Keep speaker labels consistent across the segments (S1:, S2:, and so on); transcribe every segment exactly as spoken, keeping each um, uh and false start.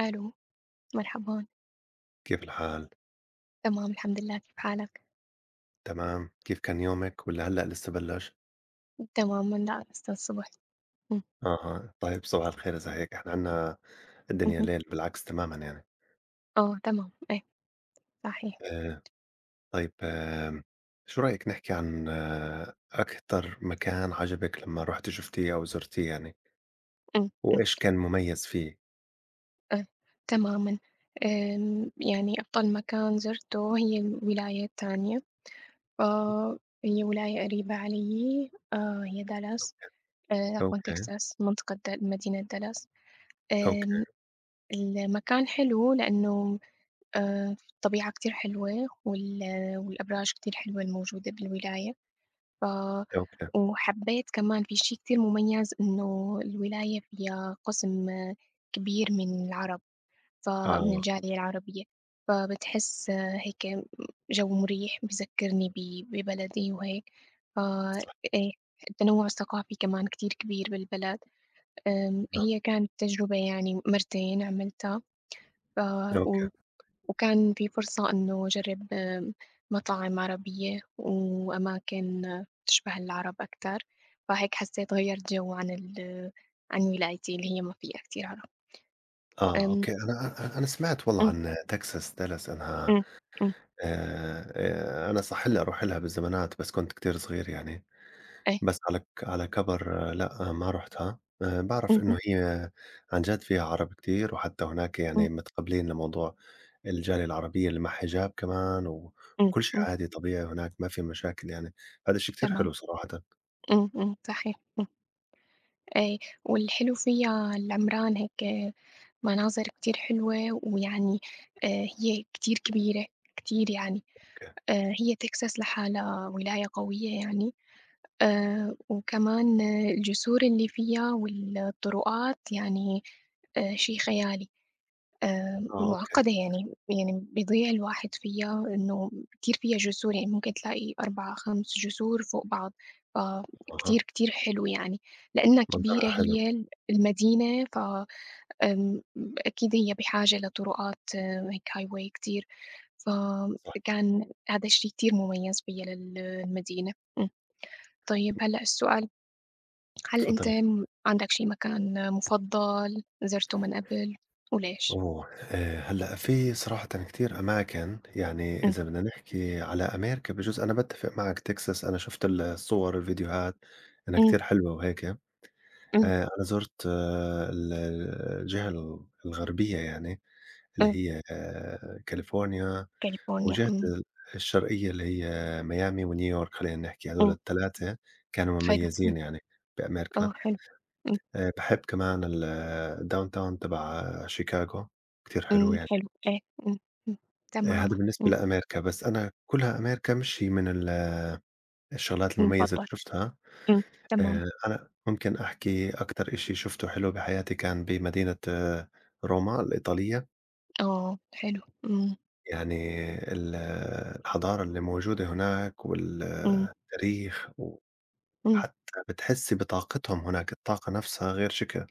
S1: ألو، مرحبًا،
S2: كيف الحال؟
S1: تمام الحمد لله، كيف حالك؟
S2: تمام، كيف كان يومِك والّا هلأ لسه بلّش؟
S1: تمام من لا لسه الصبح. إمم،
S2: أها، طيب صباح الخير إذا هيك، إحنا عندنا الدنيا
S1: اهم،
S2: ليل بالعكس تمامًا يعني.
S1: آه تمام، إيه صحيح.
S2: آآ طيب آمم، شو رأيك نحكي عن آه، أكتر مكان عجبِك لمّا رُحتِ شُفتيه أو زُرتيه يعني،
S1: إمم، إمم،
S2: وإيش كان مميز فيه؟
S1: إيه تمامًا. آمم، يعني أفضل مكان زرته هي الولاية التانية، فهي ولاية قريبة عليّ، آآ هي دالاس، آآ عفوًا
S2: أوكي،
S1: تكساس، منطقة د مدينة دالاس.
S2: أوكي،
S1: آمم، المكان حلو لإنه آآ الطبيعة كتير حلوة وال والأبراج كتير حلوة الموجودة بالولاية. ف
S2: أوكي،
S1: وحبيت كمان، في شي كتير مميز إنه الولاية فيها قسم كبير من العرب، فمن
S2: آه،
S1: الجالية العربية، فبتحس هيك جو مريح، بذكرني ب- ببلدي وهيك. ف
S2: صح،
S1: إيه التنوع الثقافي كمان كتير كبير بالبلد. أم،
S2: نعم.
S1: هي كانت تجربة، يعني مرتين عملتها،
S2: أوكي،
S1: وكان في فرصة إنه أجرب آمم، مطاعم عربية وأماكن آه، تشبه العرب أكتر، فهيك حسيت غيّرت جو عن ال عن ولايتي اللي هي ما فيها كتير عرب.
S2: آه،
S1: آمم،
S2: أوكي، أنا أ أنا سمعت والله
S1: إمم،
S2: عن تكساس، دالاس، أنها
S1: إمم، إمم،
S2: آآ أنا صح لي أروح لها بالزمانات بس كنت كتير صغير يعني.
S1: إيه.
S2: بس على ك على كَبَر، آه، لأ، آه، ما رُحتها. آآ باعرف
S1: اهم،
S2: إنه هي عن جد فيها عرب كتير، وحتى هناك
S1: إمم،
S2: يعني متقبلين لموضوع الجالية العربية اللي مع حجاب كمان، و
S1: إمم،
S2: وكل شي
S1: إمم،
S2: عادي طبيعي هناك ما في مشاكل يعني، هذا الشي كتير
S1: تمام.
S2: حلو صراحةً.
S1: إمم، إمم، صحيح. إمم، إيه، والحلو فيها العمران، هيك مناظر كتير حلوة، ويعني آآ، هي كتير كبيرة، كتير يعني.
S2: أوكي.
S1: آآ، هي تكساس لحالها ولاية قوية يعني. آآ وكمان آه، الجسور اللي فيها والطرقات يعني آآ شي خيالي، آآ
S2: آه، أوكي.
S1: معقّدة يعني، يعني بيضيع الواحد فيها. إنه كتير فيها جسور، يعني ممكن تلاقي أربعة، خمسة جسور فوق بعض،
S2: أها،
S1: فكتير، كتير حلو يعني، لإنها كبيرة
S2: منظرها حلو،
S1: هي ال المدينة. ف آمم أكيد هي بحاجة لطرقات، آه، هيك highway كتير،
S2: صح.
S1: فكان هذا الشي كتير مميز فيها لل المدينة. إمم، طيب هلأ السؤال، هل أنت
S2: تفضّلي.
S1: م عندك شي مكان مفضّل زرته من قبل وليش؟
S2: أوه! آآ هلأ في صراحةً كتير أماكن، يعني
S1: إمم،
S2: إذا بدنا نحكي على أمريكا بجوز أنا باتّفق معك. Texas، أنا شُفت الصور، الفيديوهات إنها
S1: إمم،
S2: كتير حلوة وهيك. آآ
S1: إمم،
S2: أنا زُرت آه، ال آه، الجهة ال الغربية يعني، اللي
S1: إمم،
S2: هي آه، كاليفورنيا،
S1: كاليفورنيا.
S2: وجهة
S1: إمم،
S2: ال الشرقية اللي هي ميامي ونيويورك، خلّينا نحكي، هاذول
S1: إمم،
S2: ال3 كانوا
S1: حلو. إمم،
S2: مميزين يعني بأمريكا.
S1: آه حلو. إمم،
S2: آآ باحب كمان ال الdowntown تبع آه، شيكاغو، كتير حلو
S1: إمم،
S2: يعني.
S1: حلو، إيه. إمم، إمم،
S2: آآ هذا
S1: تمامًا.
S2: بالنسبة
S1: إمم،
S2: لأمريكا، بس أنا كلها أمريكا مش هي من ال آه، الشغلات المميزة اللي
S1: المفضّل.
S2: شُفتها.
S1: إمم، تمام.
S2: آآ أنا ممكن أحكي أكتر إشي شُفته حلو بحياتي كان بمدينة آه، روما الإيطالية،
S1: آه حلو. إمم،
S2: يعني ال الحضارة اللي موجودة هناك
S1: إمم،
S2: والتاريخ،
S1: إمم،
S2: وحتى بتحسّي بطاقتهم هناك، الطاقة نفسها غير شكل.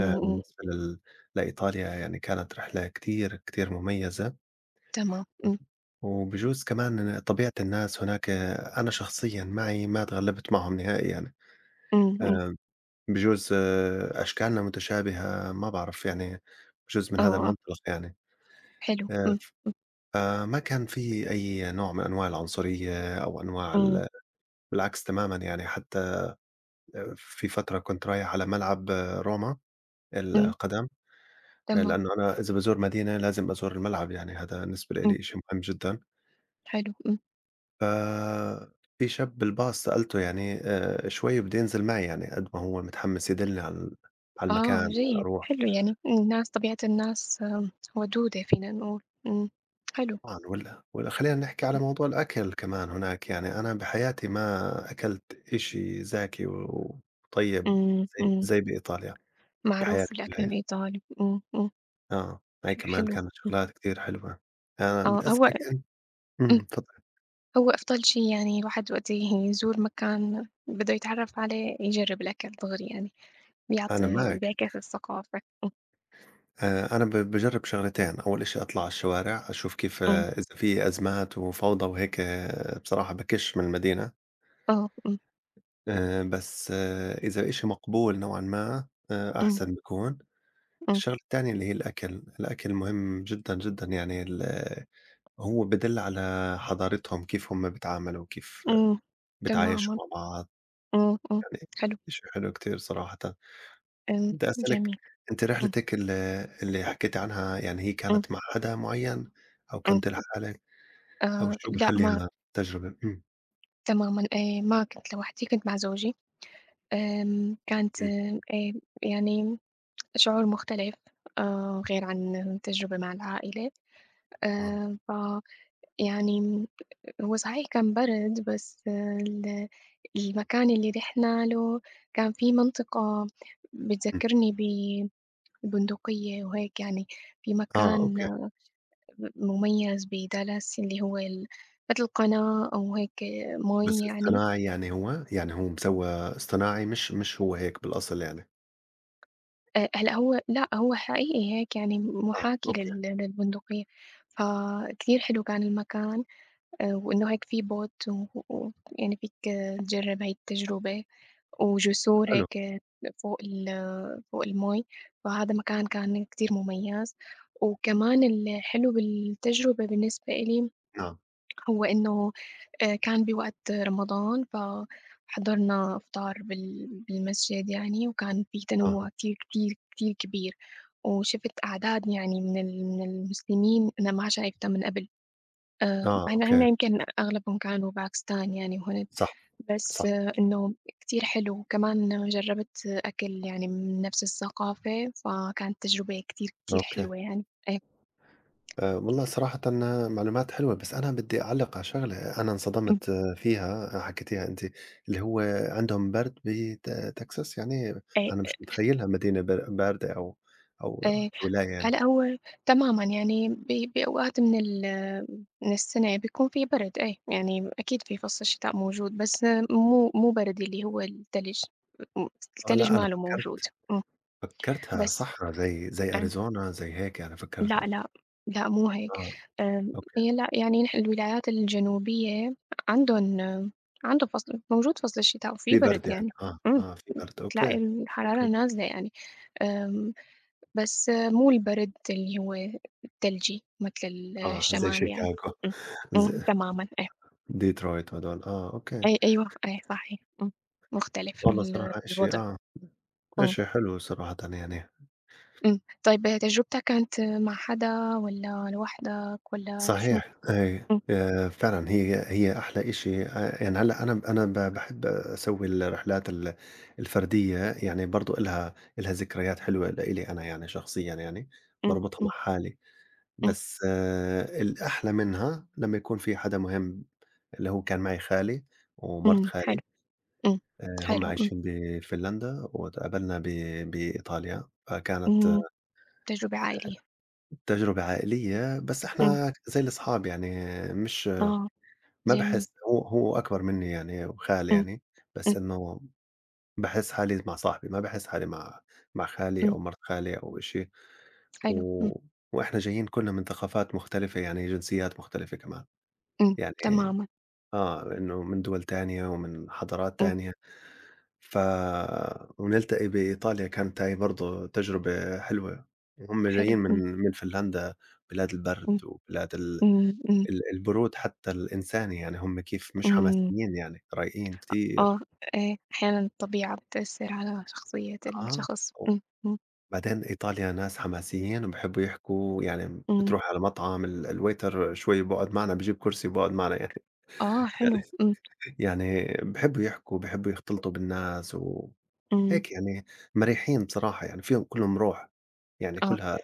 S2: آآ
S1: إمم،
S2: بالنسبة لل لإيطاليا يعني كانت رحلة كتير، كتير مميزة،
S1: تمام.
S2: وب
S1: إمم،
S2: وبجوز كمان طبيعة الناس هناك، آه، أنا شخصيًا معي ما اتغلبت معهم نهائيًا.
S1: إمم، إمم،
S2: آآ بجوز آه، أشكالنا متشابهة، ما باعرف يعني، بجوز من
S1: آه،
S2: هذا
S1: آه،
S2: المنطلق يعني.
S1: حلو.
S2: آآ
S1: إمم،
S2: فما كان في أي نوع من أنواع العنصرية أو أنواع
S1: إمم،
S2: ال، بالعكس تمامًا يعني. حتى آه، في فترة كنت رايح على ملعب آه، روما
S1: إمم،
S2: القدم، آه،
S1: تمام.
S2: لأنه أنا إذا بازور مدينة لازم أزور الملعب، يعني هذا بالنسبة
S1: إمم،
S2: لإلي شيء مهم جدًا.
S1: حلو. إمم.
S2: ف في شاب بالباص سألته، يعني آآ شوي بده ينزل معي، يعني قد ما هو متحمس يدلني على ال على المكان
S1: آه،
S2: وين
S1: جيد،
S2: أروح.
S1: حلو، يعني الناس، طبيعة الناس آمم، ودودة فينا نقول. إمم، حلو.
S2: طبعًا، وال وخلّينا نحكي على موضوع الأكل كمان هناك. يعني أنا بحياتي ما أكلت إشي زاكي و- وطيب
S1: إمم،
S2: زي
S1: إمم،
S2: زي بإيطاليا
S1: معروف
S2: بحياتي
S1: الأكل
S2: كلّها،
S1: الإيطالي. إمم، إمم،
S2: آه، هاي
S1: ح
S2: كمان
S1: حلو.
S2: كانت
S1: إمم،
S2: شغلات كتير حلوة. أنا
S1: آه هو.
S2: بتأثرك أنت.
S1: إمم،
S2: إمم، تفضل.
S1: هو أفضل شي، يعني الواحد وقت يزور مكان بده يتعرف عليه يجرب الأكل دغري يعني،
S2: أنا
S1: بيعطي
S2: معك.
S1: بيعكس الثقافة. إمم،
S2: آآ، أنا ب باجرب شغلتين، أول إشي أطلع على الشوارع أشوف كيف،
S1: إمم،
S2: آه، إذا في أزمات وفوضى وهيك آه، بصراحة باكِش من المدينة.
S1: آه. إمم،
S2: آآ، بس آه، إذا إشي مقبول نوعًا ما آآ،
S1: إمم،
S2: أحسن بيكون.
S1: إمم،
S2: الشغلة التانية اللي هي الأكل، الأكل مهم جدًا، جدًا، يعني ال هو بيدل على حضارتهم كيف هم بيتعاملوا، كيف
S1: إمم، تمامًا.
S2: بيتعايشوا مع بعض،
S1: إمم، إمم،
S2: يعني
S1: حلو.
S2: شي حلو كتير صراحةً.
S1: إمم،
S2: بدي أسألِك،
S1: جميل.
S2: أنتِ
S1: إمم،
S2: رحلتِك ال اللي حكيتِ عنها يعني هي
S1: إمم،
S2: كانت مع حدا معين أو
S1: إمم،
S2: كنتِ لحالِك أو
S1: آآ
S2: شو
S1: لأ ما
S2: بيخليها تجربة؟ إمم،
S1: تمامًا، آآ ما كنت لوحدي، كنت مع زوجي. آمم كانت
S2: إمم،
S1: آآ يعني شعور مختلف، آآ غير عن التجربة مع العائلة.
S2: طبعًا،
S1: آآ فيعني هو صحيح كان برد، بس آه، ال المكان اللي رِحنا له كان في منطقة
S2: إمم.
S1: بتذكّرني بالبندقية وهيك يعني. في
S2: آه،
S1: مكان
S2: أوكي.
S1: آه، مميز بدالاس، اللي هو ال متل قناة أو هيك آه،
S2: بس
S1: مَي يعني.
S2: اصطناعي يعني هو؟ يعني هو مسوّى اصطناعي، مش مش هو هيك بالأصل يعني؟
S1: آآ هلأ هو لأ، هو حقيقي هيك، يعني
S2: آه،
S1: مُحاكي
S2: أوكي،
S1: لل للبندقية. فكتير حلو كان المكان، آآ وإنه هيك في boat و و يعني فيك آه، تجرّب هاي التجربة، وجسور
S2: حلو،
S1: هيك آه، فوق ال فوق المَي. فهذا مكان كان كتير مميز. وكمان الحلو بالتجربة بالنسبة إلي
S2: نعم،
S1: هو إنه آآ كان بوقت رمضان، فحضرنا إفطار بال بالمسجد يعني، وكان في
S2: أها،
S1: تنوُّع كتير، كتير، كتير كبير، وشِفت أعداد يعني من ال من المسلمين أنا ما شايفتها من قبل. آآ
S2: آه،
S1: هن هن
S2: أوكي.
S1: يمكن أغلبهم كانوا باكستان يعني وهند،
S2: صح،
S1: بس
S2: صح،
S1: آه، إنه كتير حلو، وكمان جرّبت أكل يعني من نفس الثقافة، فكانت تجربة كتير، كتير
S2: أوكي.
S1: حلوة يعني. إيه.
S2: آآ والله صراحةً معلومات حلوة، بس أنا بدي أعلّق على شغلة أنا
S1: إمم،
S2: انصدمت آه، فيها، آه، حكيتيها أنتِ، اللي هو عندهم برد بت تكساس يعني.
S1: إيه،
S2: أنا مش متخيّلها مدينة بار باردة أو أو
S1: إيه.
S2: ولاية يعني.
S1: هلأ هو تمامًا يعني ب بأوقات من ال من السنة بيكون في برد، إيه، يعني أكيد في فصل الشتاء موجود، بس مو مو برد اللي هو التلج. م
S2: آه،
S1: التلج
S2: لأ أنا
S1: ما له
S2: فكّرت
S1: موجود. إمم،
S2: فكّرتها
S1: بس
S2: صحرا زي زي
S1: آمم،
S2: أريزونا زي هيك يعني
S1: لأ،
S2: فكّرتها.
S1: لأ، لأ مو هيك.
S2: آه،
S1: آمم،
S2: أوكي،
S1: هي لأ، يعني نحن الولايات الجنوبية عندهم عندهم فصل موجود، فصل الشتاء، وفي
S2: في
S1: برد
S2: برد يعني،
S1: يعني.
S2: آه،
S1: إمم،
S2: آه في برد،
S1: بتلاقي
S2: أوكي،
S1: الحرارة
S2: أوكي.
S1: نازلة يعني. آمم، بس مو البرد اللي هو تلجي مثل ال
S2: آه، زي
S1: الشمال يعني.
S2: شيكاغو،
S1: إمم. إمم.
S2: زي
S1: تمامًا، إيه.
S2: ديترويت وهدول، آه أوكي.
S1: أي أيوه، أي صحيح. إمم. مختلف
S2: والله
S1: ال
S2: صراحة إشي
S1: الوضع.
S2: آه.
S1: آه.
S2: شيء حلو صراحةً يعني،
S1: إمم. طيب تجربتك كانت مع حدا والّا لوحدك والّا شو؟
S2: صحيح أي.
S1: إمم،
S2: آآ، فعلًا هي هي أحلى إشي. آآ، يعني هلأ أنا أنا ب باحب أسوي الرحلات ال الفردية، يعني برضه إلها إلها ذكريات حلوة لإلي أنا يعني شخصيًا يعني،
S1: إمم،
S2: باربطها مع
S1: إمم،
S2: حالي.
S1: إمم،
S2: بس آه، الأحلى منها لمّا يكون في حدا مهم، اللي هو كان معي خالي ومرت
S1: إمم، حلو.
S2: خالي.
S1: إمم.
S2: آآ، هم
S1: حلو، إمم.
S2: عايشين بفنلندا واتقابلنا ب بإيطاليا، فكانت
S1: إمم. تجربة عائلية.
S2: تجربة عائلية، بس
S1: إمم.
S2: إحنا زي الأصحاب يعني، مش
S1: آه.
S2: ما
S1: جميل.
S2: باحس هو هو أكبر منّي يعني وخالي
S1: إمم،
S2: يعني، بس
S1: إمم،
S2: إنه باحس حالي مع صاحبي، ما باحس حالي مع مع خالي
S1: إمم.
S2: أو مرات خالي أو إشي.
S1: حلو، إمم.
S2: و وإحنا جايين كُلّنا من ثقافات مختلفة، يعني جنسيات مختلفة كمان،
S1: إمم.
S2: يعني
S1: تمامًا.
S2: آه، إنه من دول تانية ومن حضارات
S1: إمم.
S2: تانية. ف ونلتقي بإيطاليا، كانت هاي برضه تجربة حلوة، وهُم
S1: حلو.
S2: جايين من
S1: إمم،
S2: من فنلندا، بلاد البرد
S1: إمم،
S2: وبلاد ال
S1: إمم، إمم،
S2: ال البرود حتّى الإنساني، يعني هم كيف مش
S1: إمم.
S2: حماسيين يعني، رايقين كتير.
S1: آه. آآ أحيانًا الطبيعة بتأثّر على شخصية
S2: آه،
S1: الشخص. إمم، إمم،
S2: وبعدين إيطاليا ناس حماسيين وبيحبّوا يحكوا، يعني
S1: إمم،
S2: بتروح على مطعم ال الwaiter شوي بيقعد معنا، بيجيب كرسي وبيقعد معنا يعني
S1: آه حلو.
S2: يعني
S1: إمم،
S2: يعني بيحبّوا يحكوا، بيحبّوا يختلطوا بالناس وهيك
S1: إمم،
S2: يعني، مرحّين بصراحة يعني، فيهم كلّهم روح، يعني
S1: آه،
S2: كلها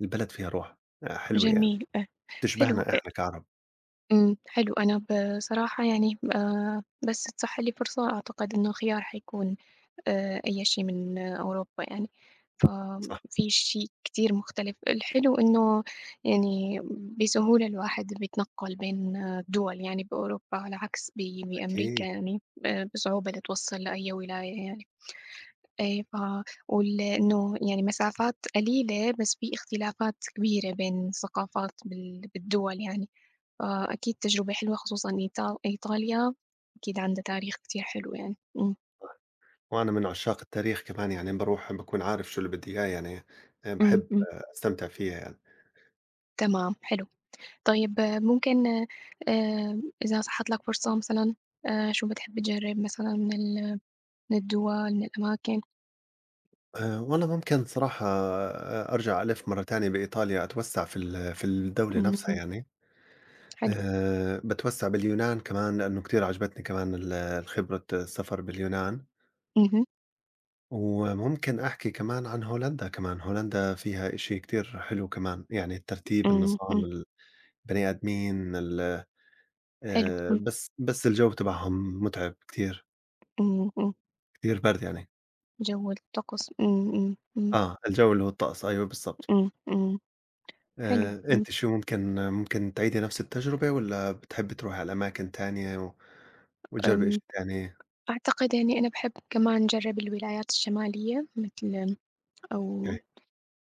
S2: البلد فيها روح، آآ حلوة يعني،
S1: جميل، آه، حلو.
S2: بتشبهنا
S1: آآ
S2: إحنا كعرب.
S1: إمم، حلو. أنا بصراحة يعني آآ بس تسَح لي فرصة، أعتقد إنه خيار حيكون آآ أي شي من آه، أوروبا يعني.
S2: صح،
S1: في شي كتير مختلف، الحلو إنه يعني بسهولة الواحد بيتنقّل بين آه، الدول يعني بأوروبا، على عكس ب بأمريكا
S2: أكيد.
S1: يعني، آآ بصعوبة لتوصّل لأي ولاية يعني. آآ ف وال إنه يعني مسافات قليلة، بس في اختلافات كبيرة بين الثقافات بال بالدول يعني. فأكيد تجربة حلوة، خصوصًا إيطا إيطاليا أكيد عندها تاريخ كتير حلو يعني. إمم،
S2: وأنا من عشاق التاريخ كمان، يعني باروح باكون عارف شو اللي بدي إياه يعني. آآ
S1: إمم،
S2: باحب
S1: إمم،
S2: أستمتع فيها يعني.
S1: تمام حلو. طيب آه، ممكن آآ إذا سَحَت لك فرصة مثلًا، آآ شو بتحب تجرّب مثلًا من ال من الدول، من الأماكن؟
S2: آآ والله ممكن صراحة آآ أرجع ألِف مرّة تانية بإيطاليا أتوسّع في ال في الدولة نفسها
S1: إمم،
S2: يعني.
S1: حلو.
S2: آآ باتوسّع باليونان كمان لإنه كتير عجبتني كمان ال الخبرة السفر باليونان،
S1: اهم،
S2: وممكن أحكي كمان عن هولندا كمان. هولندا فيها إشي كتير حلو كمان، يعني الترتيب،
S1: إمم،
S2: النظام،
S1: إمم،
S2: البني آدمين، ال،
S1: حلو.
S2: آآ
S1: إمم،
S2: بس بس الجو تبعهم مُتعب كتير،
S1: إمم، إمم،
S2: كتير برد يعني.
S1: جو الطقس. إمم، إمم، إمم.
S2: آه، الجو اللي هو الطقس، أيوه بالضبط.
S1: إمم، إمم، حلو.
S2: آآ،
S1: إمم،
S2: أنتِ شو ممكن ممكن تعيدي نفس التجربة والّا بتحبّي تروحي على أماكن تانية و وتجرّبي إشي
S1: آمم،
S2: تاني؟
S1: أعتقد يعني أنا باحب كمان أجرّب الولايات الشمالية مثل، أو
S2: أوكي،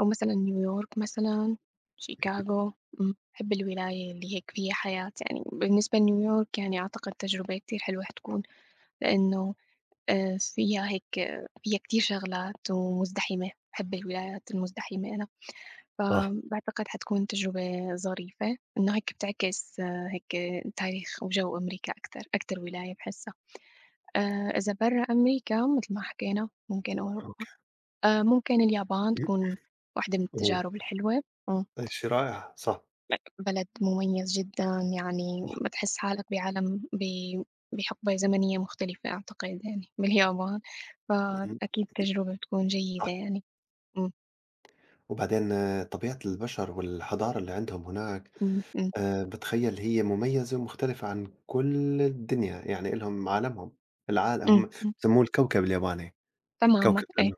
S1: أو مثلًا نيويورك مثلًا، شيكاغو. إمم، باحب الولاية اللي هيك فيها حياة يعني. بالنسبة لنيويورك، يعني أعتقد تجربة كتير حلوة حتكون، لإنه آآ، فيها هيك آه، فيها كتير شغلات ومزدحمة، باحب الولايات المزدحمة أنا،
S2: صح،
S1: فباعتقد حتكون تجربة ظريفة، إنه هيك بتعكس آه، هيك تاريخ وجو أمريكا أكتر، أكتر ولاية باحسها. آآ إذا برّا أمريكا متل ما حكينا ممكن أوروبا،
S2: أوكي،
S1: آآ ممكن اليابان تكون وحدة من
S2: و
S1: التجارب الحلوة. إمم،
S2: شي رائع، صح،
S1: بلد مميز جدًا، يعني
S2: صح،
S1: بتحس حالك بعالم ب بحقبة زمنية مختلفة أعتقد يعني باليابان.
S2: اهم،
S1: فأكيد تجربة بتكون
S2: صح.
S1: جيدة يعني. إمم،
S2: وبعدين طبيعة البشر والحضارة اللي عندهم هناك،
S1: إمم، إمم،
S2: آآ، باتخيّل هي مميزة ومختلفة عن كل الدنيا، يعني إلهم عالمهم، العال
S1: إمم،
S2: هم
S1: إمم،
S2: بسموه الكوكب الياباني،
S1: تمامًا،
S2: كوكب
S1: إيه.
S2: لإنه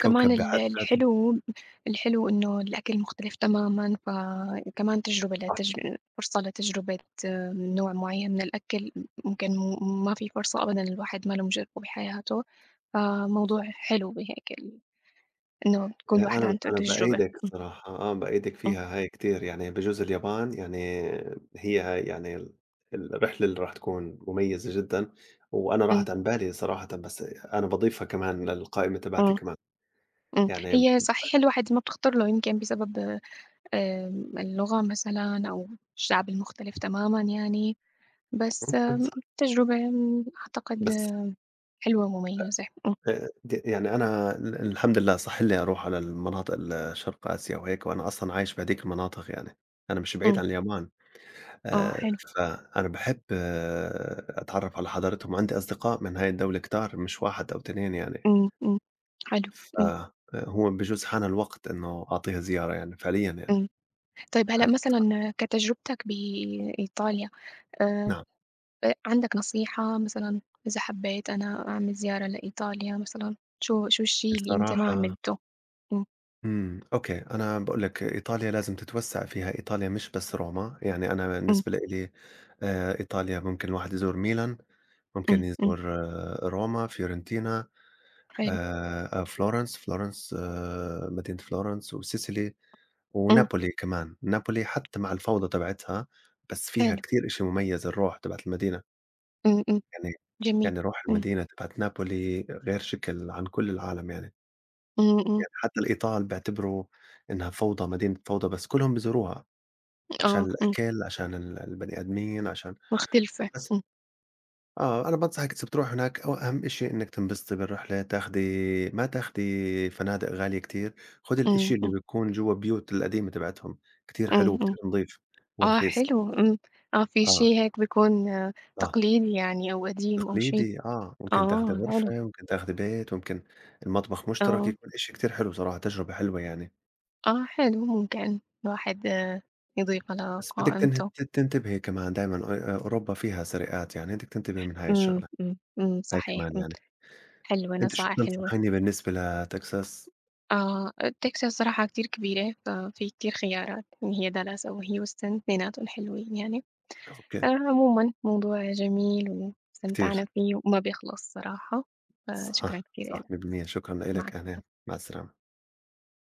S2: كوكب
S1: ال
S2: بحد ذاته.
S1: الحلو، الحلو إنه الأكل مختلف تمامًا، فكمان تجربة
S2: صح،
S1: لتجر فرصة لتجربة آه، نوع معين من الأكل، ممكن م ما في فرصة أبدًا، الواحد ما له مجربه بحياته. فموضوع
S2: صح.
S1: حلو بهيك ال إنه تكون
S2: آآ
S1: الواحد
S2: أنا
S1: عنده
S2: أنا
S1: تجربة.
S2: بأيدِك
S1: إمم،
S2: صراحة، آه، بأيدِك
S1: إمم،
S2: فيها هاي كتير، يعني بجوز اليابان يعني هي هاي يعني ال الرحلة اللي راح تكون مميزة جدًا، وأنا
S1: إمم،
S2: راحت عن بالي صراحةً، بس أنا باضيفها كمان للقائمة تبعتي
S1: إمم،
S2: كمان،
S1: إمم.
S2: يعني
S1: هي صحيح الواحد ما بتخطر له يمكن بسبب آمم اللغة مثلًا، أو الشعب المختلف تمامًا يعني. بس
S2: ممكن صح.
S1: تجربة آمم، أعتقد
S2: بس
S1: آه، حلوة ومميزة. إمم،
S2: آآ د يعني أنا ال الحمد لله صح لي أروح على المناطق ال شرق آسيا وهيك، وأنا أصلًا عايش بهاديك المناطق يعني، أنا مش بعيد
S1: إمم،
S2: عن اليابان.
S1: آه
S2: آآ،
S1: حلو.
S2: فأنا باحب أتعرّف على حضارتهم، عندي أصدقاء من هاي الدولة كتار، مش واحد أو اتنين يعني،
S1: إمم، إمم، حلو. إمم،
S2: فهو بجوز حان الوقت إنه أعطيها زيارة يعني فعليًا يعني،
S1: إمم، طيب هلأ
S2: حكيك صح،
S1: مثلًا، كتجربتك بإيطاليا، آآ،
S2: نعم.
S1: أ عندك نصيحة مثلًا، إذا حبيت أنا أعمل زيارة لإيطاليا مثلًا، شو شو الشي اللي أنت ما
S2: بصراحة
S1: عملته؟ إمم،
S2: إمم، أوكي، أنا باقول لك إيطاليا لازم تتوسّع فيها، إيطاليا مش بس روما، يعني أنا
S1: إمم،
S2: بالنسبة لإلي آآ، إيطاليا ممكن الواحد يزور ميلان، ممكن
S1: إمم، إمم،
S2: يزور آه، روما، فيورنتينا،
S1: حلو.
S2: آآ آآ فلورنس، فلورنس، آآ مدينة فلورنس وسيسيلي
S1: إمم،
S2: ونابولي كمان. نابولي حتى مع الفوضى تبعتها، بس فيها
S1: حلو.
S2: كتير إشي مميز، الروح تبعة المدينة،
S1: إمم، إمم،
S2: يعني
S1: جميل.
S2: يعني روح
S1: إمم،
S2: المدينة تبعة نابولي غير شكل عن كل العالم يعني.
S1: إمم، إمم،
S2: يعني حتى الإيطال بيعتبروا إنها فوضى، مدينة فوضى، بس كلهم بيزوروها عشان
S1: آه، إمم،
S2: الأكل، عشان ال البني آدمين، عشان
S1: مختلفة.
S2: بس.
S1: إمم،
S2: آه، أنا بانصحِك أنتِ بتروحي هناك، أو أهم شيء إنِّك تنبسطي بالرحلة، تاخدي ما تاخدي فنادق غالية كتير، خُدي الإشي
S1: إمم،
S2: اللي
S1: إمم،
S2: بيكون جوا البيوت القديمة تبعتهم، كتير حلو
S1: إمم، إمم.
S2: وكتير نضيف
S1: آه
S2: ورخيص.
S1: حلو. إمم، آه، في
S2: آه،
S1: شيء هيك بيكون آه،
S2: آه،
S1: تقليدي يعني أو قديم أو شيء.
S2: تقليدي آه، ممكن تاخدي
S1: آه حلو.
S2: غرفة، ممكن تاخدي بيت، ممكن المطبخ مشترك،
S1: آه،
S2: يكون إشي كتير حلو بصراحة، تجربة حلوة يعني.
S1: آه حلو، ممكن الواحد يضيفه
S2: بس بدِك تنه
S1: لقائمته.
S2: ت تنتبهي كمان دايمًا، أ أوروبا فيها سرقات، يعني بدِك تنتبهي من هاي
S1: إمم،
S2: الشغلة،
S1: إمم، إمم،
S2: هاي
S1: صحيح.
S2: كمان
S1: إمم،
S2: يعني.
S1: حلوة،
S2: أنتِ شو
S1: نصائح حلوة.
S2: بتنصحيني بالنسبة لتكساس؟
S1: آه، تكساس صراحة كتير كبيرة، ففي كتير خيارات، إن هي دالاس أو هيوستن، اتنيناتهم حلوين يعني.
S2: أوكي،
S1: آآ عمومًا موضوع جميل
S2: كتير.
S1: واستمتعنا فيه، وما بيخلص صراحة. فشكرًا
S2: صح،
S1: كتير
S2: صح
S1: إلك.
S2: مية بالمية. شكرًا
S1: مع
S2: لإلك،
S1: السلامة.
S2: أهلًا، مع السلامة.